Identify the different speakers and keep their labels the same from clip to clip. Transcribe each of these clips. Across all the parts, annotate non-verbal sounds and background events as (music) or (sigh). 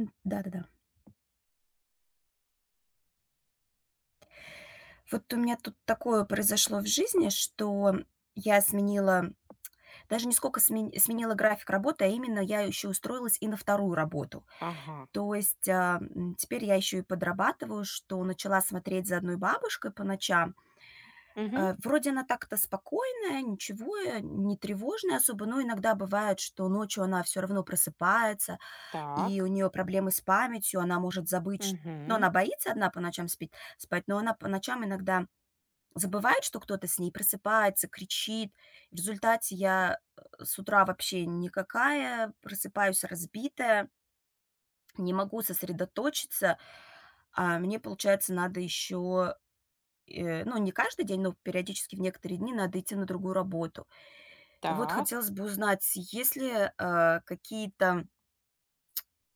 Speaker 1: М, да-да-да. Вот у меня тут такое произошло в жизни, что я сменила, даже не сколько сменила график работы, а именно я еще устроилась и на вторую работу.
Speaker 2: Ага.
Speaker 1: То есть, теперь я еще и подрабатываю, что начала смотреть за одной бабушкой по ночам.
Speaker 2: Мгм.
Speaker 1: Вроде она так-то спокойная, ничего, не тревожная особо, но иногда бывает, что ночью она все равно просыпается, и
Speaker 2: Так.
Speaker 1: у нее проблемы с памятью, она может забыть, ш но
Speaker 2: Мгм.
Speaker 1: она боится одна по ночам спить спать, но она по ночам иногда забывает, что кто-то с ней, просыпается, кричит. В результате я, с утра вообще никакая, просыпаюсь разбитая, не могу сосредоточиться, а мне, получается, надо еще, ну, не каждый день, но периодически в некоторые дни надо идти на другую работу. И вот
Speaker 2: Так.
Speaker 1: хотелось бы узнать, есть ли, какие-то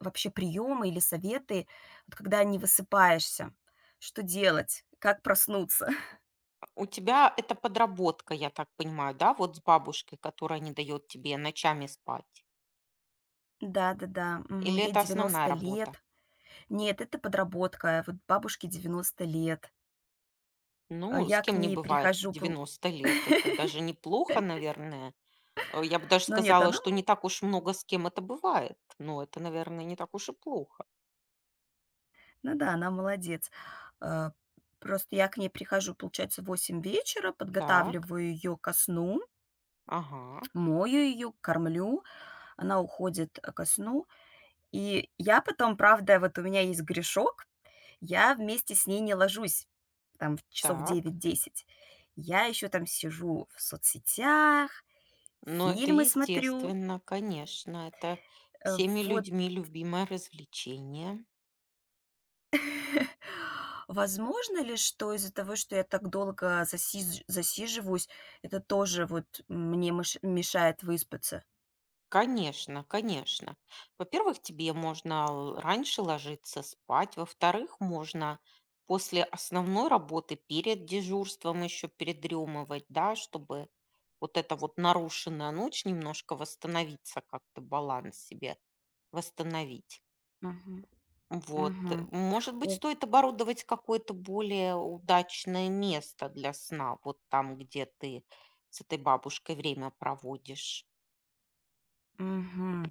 Speaker 1: вообще приемы или советы, вот когда не высыпаешься? Что делать? Как проснуться? (laughs)
Speaker 2: А у тебя это подработка, я так понимаю, да, вот с бабушкой, которая не дает тебе ночами спать?
Speaker 1: Да-да-да, мгм,
Speaker 2: Или
Speaker 1: ей
Speaker 2: это основная
Speaker 1: 90
Speaker 2: работа?
Speaker 1: лет. Нет, это подработка. Вот бабушке 90 лет.
Speaker 2: Ну, с
Speaker 1: Я к
Speaker 2: кем не
Speaker 1: ней
Speaker 2: бывает
Speaker 1: прихожу пол
Speaker 2: 90 лет. Это даже неплохо, наверное. Я бы даже
Speaker 1: ну нет,
Speaker 2: сказала,
Speaker 1: она,
Speaker 2: что не так уж много с кем это бывает. Но это, наверное, не так уж и плохо.
Speaker 1: ну да, она молодец. А, просто я к ней прихожу, получается, в 8 вечера,
Speaker 2: Так.
Speaker 1: подготавливаю ее ко сну,
Speaker 2: Ага.
Speaker 1: мою ее, кормлю, она уходит, ко сну. И я потом, правда, вот у меня есть грешок, я вместе с ней не ложусь там в часов
Speaker 2: Так.
Speaker 1: 9-10. Я еще там сижу в соцсетях,
Speaker 2: Но это
Speaker 1: фильмы смотрю.
Speaker 2: естественно, конечно. Это
Speaker 1: Э,
Speaker 2: всеми
Speaker 1: вот,
Speaker 2: людьми любимое развлечение.
Speaker 1: возможно ли, что из-за того, что я так долго засиживаюсь, это тоже вот мне мыш мешает выспаться?
Speaker 2: Конечно, конечно. Во-первых, тебе можно раньше ложиться спать. Во-вторых, можно после основной работы перед дежурством еще передремывать, да, чтобы вот эта вот нарушенная ночь немножко восстановиться, как-то баланс себе восстановить.
Speaker 1: Мгм,
Speaker 2: Вот.
Speaker 1: мгм,
Speaker 2: Может быть,
Speaker 1: У
Speaker 2: стоит оборудовать какое-то более удачное место для сна, вот там, где ты с этой бабушкой время проводишь.
Speaker 1: мгм.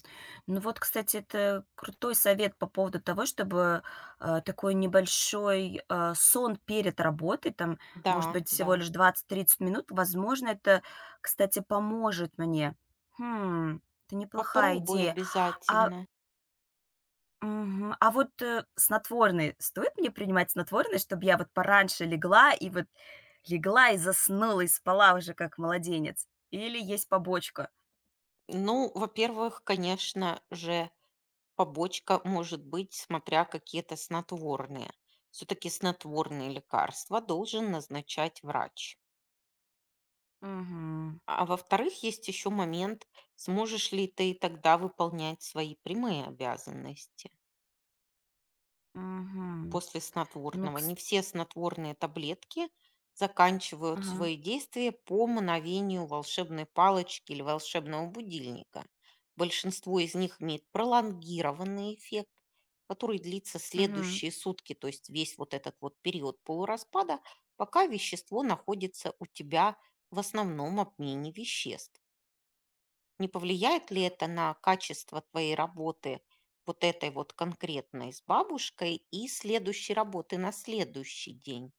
Speaker 1: Ну вот, кстати, это крутой совет по поводу того, чтобы, такой небольшой, сон перед работой, там, может
Speaker 2: Да,
Speaker 1: быть, всего
Speaker 2: да.
Speaker 1: лишь 20-30 минут. Возможно, это, кстати, поможет мне. Хм, это неплохая
Speaker 2: Попробуй
Speaker 1: идея. А
Speaker 2: обязательно.
Speaker 1: Мгм. А вот, снотворные, стоит мне принимать снотворные, чтобы я вот пораньше легла и вот легла и заснула, и спала уже как младенец? Или есть побочка?
Speaker 2: Ну, во-первых, конечно же, побочка может быть, смотря какие то снотворные. Все-таки снотворные лекарства должен назначать врач.
Speaker 1: Мгм.
Speaker 2: А во-вторых, есть еще момент, сможешь ли ты тогда выполнять свои прямые обязанности.
Speaker 1: Мгм.
Speaker 2: После
Speaker 1: Ну,
Speaker 2: снотворного.
Speaker 1: кс
Speaker 2: Не все снотворные таблетки заканчивают
Speaker 1: Ага.
Speaker 2: свои действия по мановению волшебной палочки или волшебного будильника. Большинство из них имеет пролонгированный эффект, который длится
Speaker 1: Мгм.
Speaker 2: следующие сутки, то есть весь вот этот вот период полураспада, пока вещество находится у тебя в основном обмене веществ. Не повлияет ли это на качество твоей работы, вот этой вот конкретной с бабушкой и следующей работы на следующий день?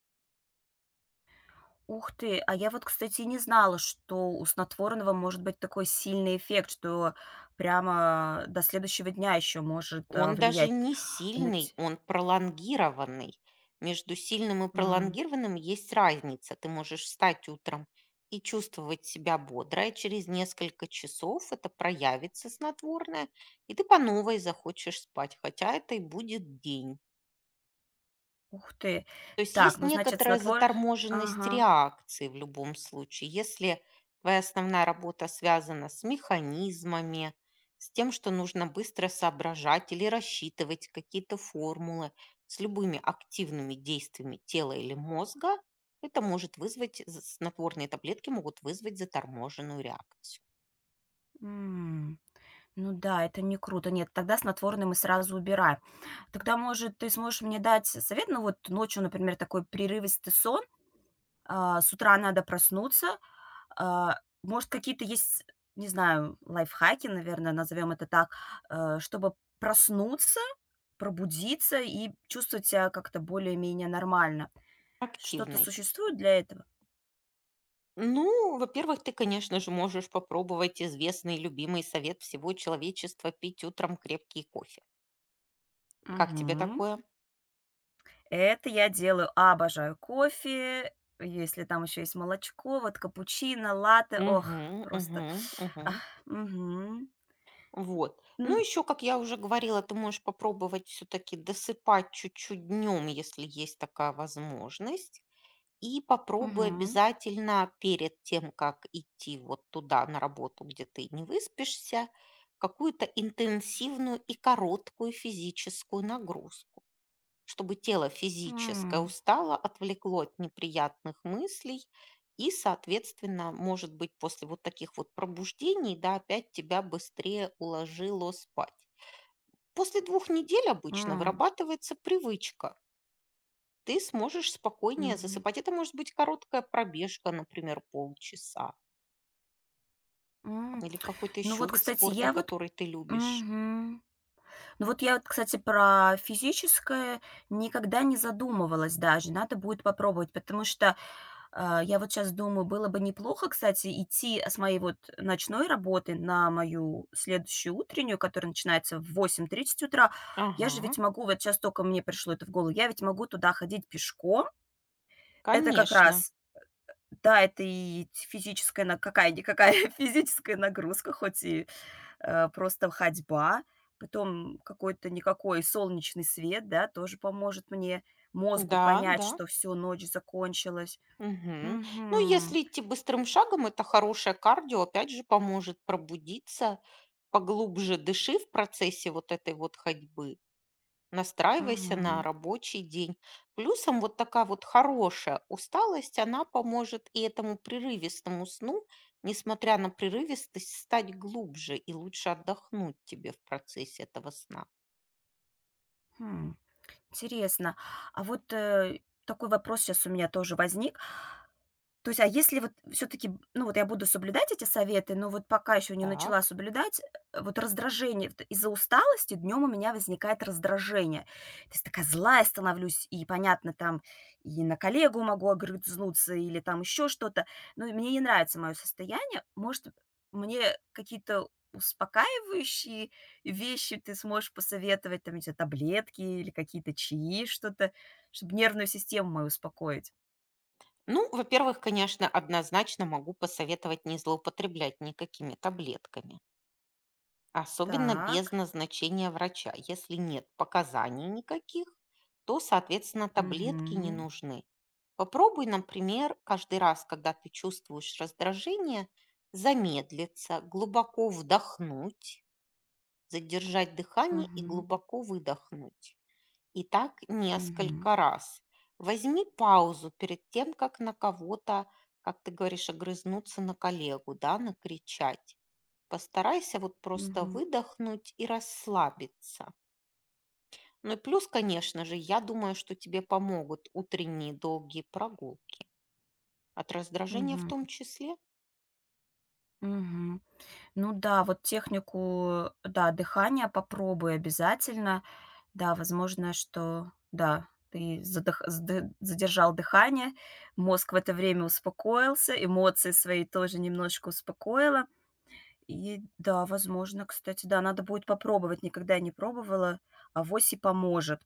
Speaker 1: Ух ты! А я вот, кстати, не знала, что у снотворного может быть такой сильный эффект, что прямо до следующего дня еще может,
Speaker 2: Он даже
Speaker 1: влиять
Speaker 2: не
Speaker 1: на
Speaker 2: сильный,
Speaker 1: ть
Speaker 2: он пролонгированный. Между сильным и
Speaker 1: М.
Speaker 2: пролонгированным есть разница. Ты можешь встать утром и чувствовать себя бодро, и через несколько часов это проявится снотворное, и ты по новой захочешь спать, хотя это и будет день.
Speaker 1: Ух ты!
Speaker 2: То есть
Speaker 1: Так,
Speaker 2: есть
Speaker 1: ну, значит,
Speaker 2: некоторая
Speaker 1: снотвор
Speaker 2: заторможенность
Speaker 1: Ага.
Speaker 2: реакции в любом случае. Если твоя основная работа связана с механизмами, с тем, что нужно быстро соображать или рассчитывать какие-то формулы, с любыми активными действиями тела или мозга, снотворные таблетки могут вызвать заторможенную реакцию.
Speaker 1: М. Ну да, это не круто. Нет, тогда снотворное мы сразу убираем. Тогда, может, ты сможешь мне дать совет? Ну вот ночью, например, такой прерывистый сон, с утра надо проснуться. А, Может, какие-то есть, не знаю, лайфхаки, наверное, назовем это так, чтобы проснуться, пробудиться и чувствовать себя как-то более-менее нормально. Что-то
Speaker 2: Активной.
Speaker 1: существует для этого?
Speaker 2: Ну, во-первых, ты, конечно же, можешь попробовать известный и любимый совет всего человечества пить утром крепкий кофе. Как тебе
Speaker 1: Мгм.
Speaker 2: такое?
Speaker 1: Это я делаю, обожаю кофе, если там еще есть молочко, вот капучино, латте. Ох,
Speaker 2: Мгм,
Speaker 1: просто.
Speaker 2: мгм,
Speaker 1: Ах,
Speaker 2: мгм.
Speaker 1: мгм.
Speaker 2: Вот. Ну,
Speaker 1: М,
Speaker 2: еще, как я уже говорила, ты можешь попробовать все-таки досыпать чуть-чуть днем, если есть такая возможность. И попробуй
Speaker 1: мгм.
Speaker 2: обязательно перед тем, как идти вот туда на работу, где ты не выспишься, какую-то интенсивную и короткую физическую нагрузку. Чтобы тело физическое
Speaker 1: М,
Speaker 2: устало, отвлекло от неприятных мыслей, и, соответственно, может быть, после вот таких вот пробуждений, да, опять тебя быстрее уложило спать. После 2 недель обычно
Speaker 1: м,
Speaker 2: вырабатывается привычка. Ты сможешь спокойнее
Speaker 1: мгм,
Speaker 2: засыпать. Это может быть короткая пробежка, например, полчаса.
Speaker 1: м.
Speaker 2: Или какой-то
Speaker 1: Ну
Speaker 2: еще
Speaker 1: вот,
Speaker 2: вид
Speaker 1: кстати,
Speaker 2: спорта,
Speaker 1: я вот
Speaker 2: который ты любишь.
Speaker 1: мгм. Ну вот я вот, кстати, про физическое никогда не задумывалась даже. Надо будет попробовать, потому что А, Я вот сейчас думаю, было бы неплохо, кстати, идти с моей вот ночной работы на мою следующую утреннюю, которая начинается в 8:30 утра. Я же
Speaker 2: Ага,
Speaker 1: ведь могу, вот сейчас только мне пришло это в голову, я ведь могу туда ходить пешком. Это как
Speaker 2: конечно.
Speaker 1: раз, да, это и физическая на какая-никакая (laughs) физическая нагрузка, хоть и, просто ходьба. Потом какой-то никакой солнечный свет, да, тоже поможет мне, мозгу
Speaker 2: Да,
Speaker 1: понять,
Speaker 2: да.
Speaker 1: что все ночь закончилась.
Speaker 2: Мгм. Ну,
Speaker 1: Мгм.
Speaker 2: если идти быстрым шагом, это хорошее кардио, опять же, поможет пробудиться, поглубже дыши в процессе вот этой вот ходьбы, настраивайся на
Speaker 1: Мгм.
Speaker 2: рабочий день. Плюсом вот такая вот хорошая усталость, она поможет и этому прерывистому сну, несмотря на прерывистость, стать глубже и лучше отдохнуть тебе в процессе этого сна.
Speaker 1: Хм. Интересно. А вот, такой вопрос сейчас у меня тоже возник. То есть, если вот все таки ну, вот я буду соблюдать эти советы, но вот пока еще не начала
Speaker 2: Так.
Speaker 1: соблюдать, вот раздражение вот из-за усталости днем у меня возникает раздражение. То есть такая злая становлюсь, и, понятно, там и на коллегу могу огрызнуться или там еще что-то. Но и мне не нравится мое состояние. Может, мне какие-то успокаивающие вещи ты сможешь посоветовать, там, не знаю, таблетки или какие-то чаи, что-то, чтобы нервную систему мою успокоить?
Speaker 2: Ну, во-первых, конечно, однозначно могу посоветовать не злоупотреблять никакими таблетками. Особенно без
Speaker 1: Так.
Speaker 2: назначения врача. Если нет показаний никаких, то, соответственно, таблетки не
Speaker 1: Мгм.
Speaker 2: нужны. Попробуй, например, каждый раз, когда ты чувствуешь раздражение, замедлиться, глубоко вдохнуть, задержать дыхание и
Speaker 1: Мгм.
Speaker 2: глубоко выдохнуть. И так
Speaker 1: Мгм.
Speaker 2: несколько раз. Возьми паузу перед тем, как на кого-то, как ты говоришь, огрызнуться на коллегу, да, накричать. Постарайся вот просто
Speaker 1: Мгм.
Speaker 2: выдохнуть и расслабиться. Ну и плюс, конечно же, я думаю, что тебе помогут утренние долгие прогулки. От раздражения в
Speaker 1: Мгм.
Speaker 2: том числе.
Speaker 1: Мгм. Ну да, вот технику, да, дыхания попробуй обязательно. Да, возможно, что да, ты задых сды задержал дыхание, мозг в это время успокоился, эмоции свои тоже немножечко успокоила. И да, возможно, кстати, да, надо будет попробовать, никогда не пробовала, авось и поможет.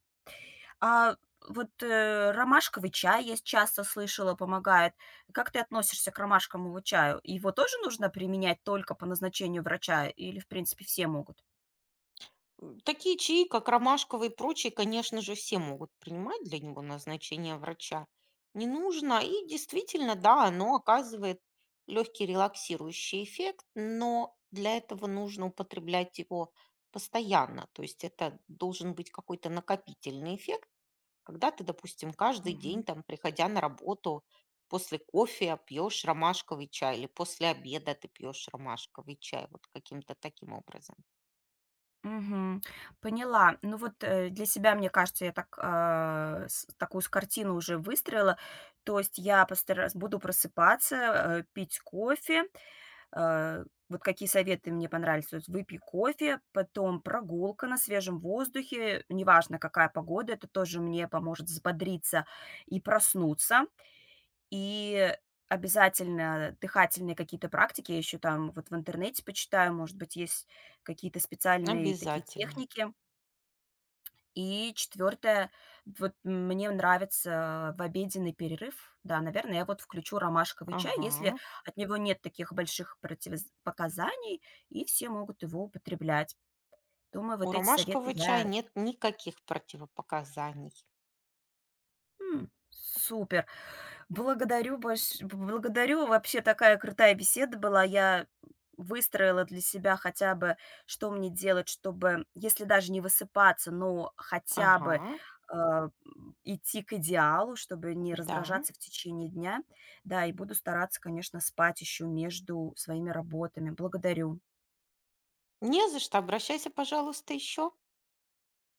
Speaker 1: А вот, ромашковый чай, я часто слышала, помогает. Как ты относишься к ромашковому чаю? Его тоже нужно применять только по назначению врача или, в принципе, все могут?
Speaker 2: Такие чаи, как ромашковый и прочие, конечно же, все могут принимать для него назначение врача. Не нужно. И действительно, да, оно оказывает легкий релаксирующий эффект, но для этого нужно употреблять его постоянно. То есть это должен быть какой-то накопительный эффект, когда ты, допустим, каждый
Speaker 1: Мгм.
Speaker 2: день, там, приходя на работу, после кофе пьешь ромашковый чай или после обеда ты пьешь ромашковый чай, вот каким-то таким образом.
Speaker 1: Мгм. Поняла. Ну вот, для себя, мне кажется, я так, а, с такую с картину уже выстроила. То есть я постара буду просыпаться, пить кофе. Вот какие советы мне понравились. То есть выпей кофе, потом прогулка на свежем воздухе, неважно какая погода, это тоже мне поможет взбодриться и проснуться. И обязательно дыхательные какие-то практики, я еще там вот в интернете почитаю, может быть, есть какие-то специальные такие
Speaker 2: Обязательно.
Speaker 1: техники. И четвертое, вот мне нравится в обеденный перерыв, да, наверное, я вот включу ромашковый чай, если
Speaker 2: Ага.
Speaker 1: от него нет таких больших противопоказаний и все могут его употреблять. Думаю,
Speaker 2: У
Speaker 1: вот эти советы
Speaker 2: ромашкового чая
Speaker 1: я.
Speaker 2: нет никаких противопоказаний.
Speaker 1: М, супер. Благодарю. Вообще такая крутая беседа была. Я выстроила для себя хотя бы, что мне делать, чтобы, если даже не высыпаться, но хотя бы,
Speaker 2: Ага,
Speaker 1: э, идти к идеалу, чтобы не
Speaker 2: да.
Speaker 1: раздражаться в течение дня. Да, и буду стараться, конечно, спать еще между своими работами. Благодарю.
Speaker 2: Не за что, обращайся, пожалуйста, еще.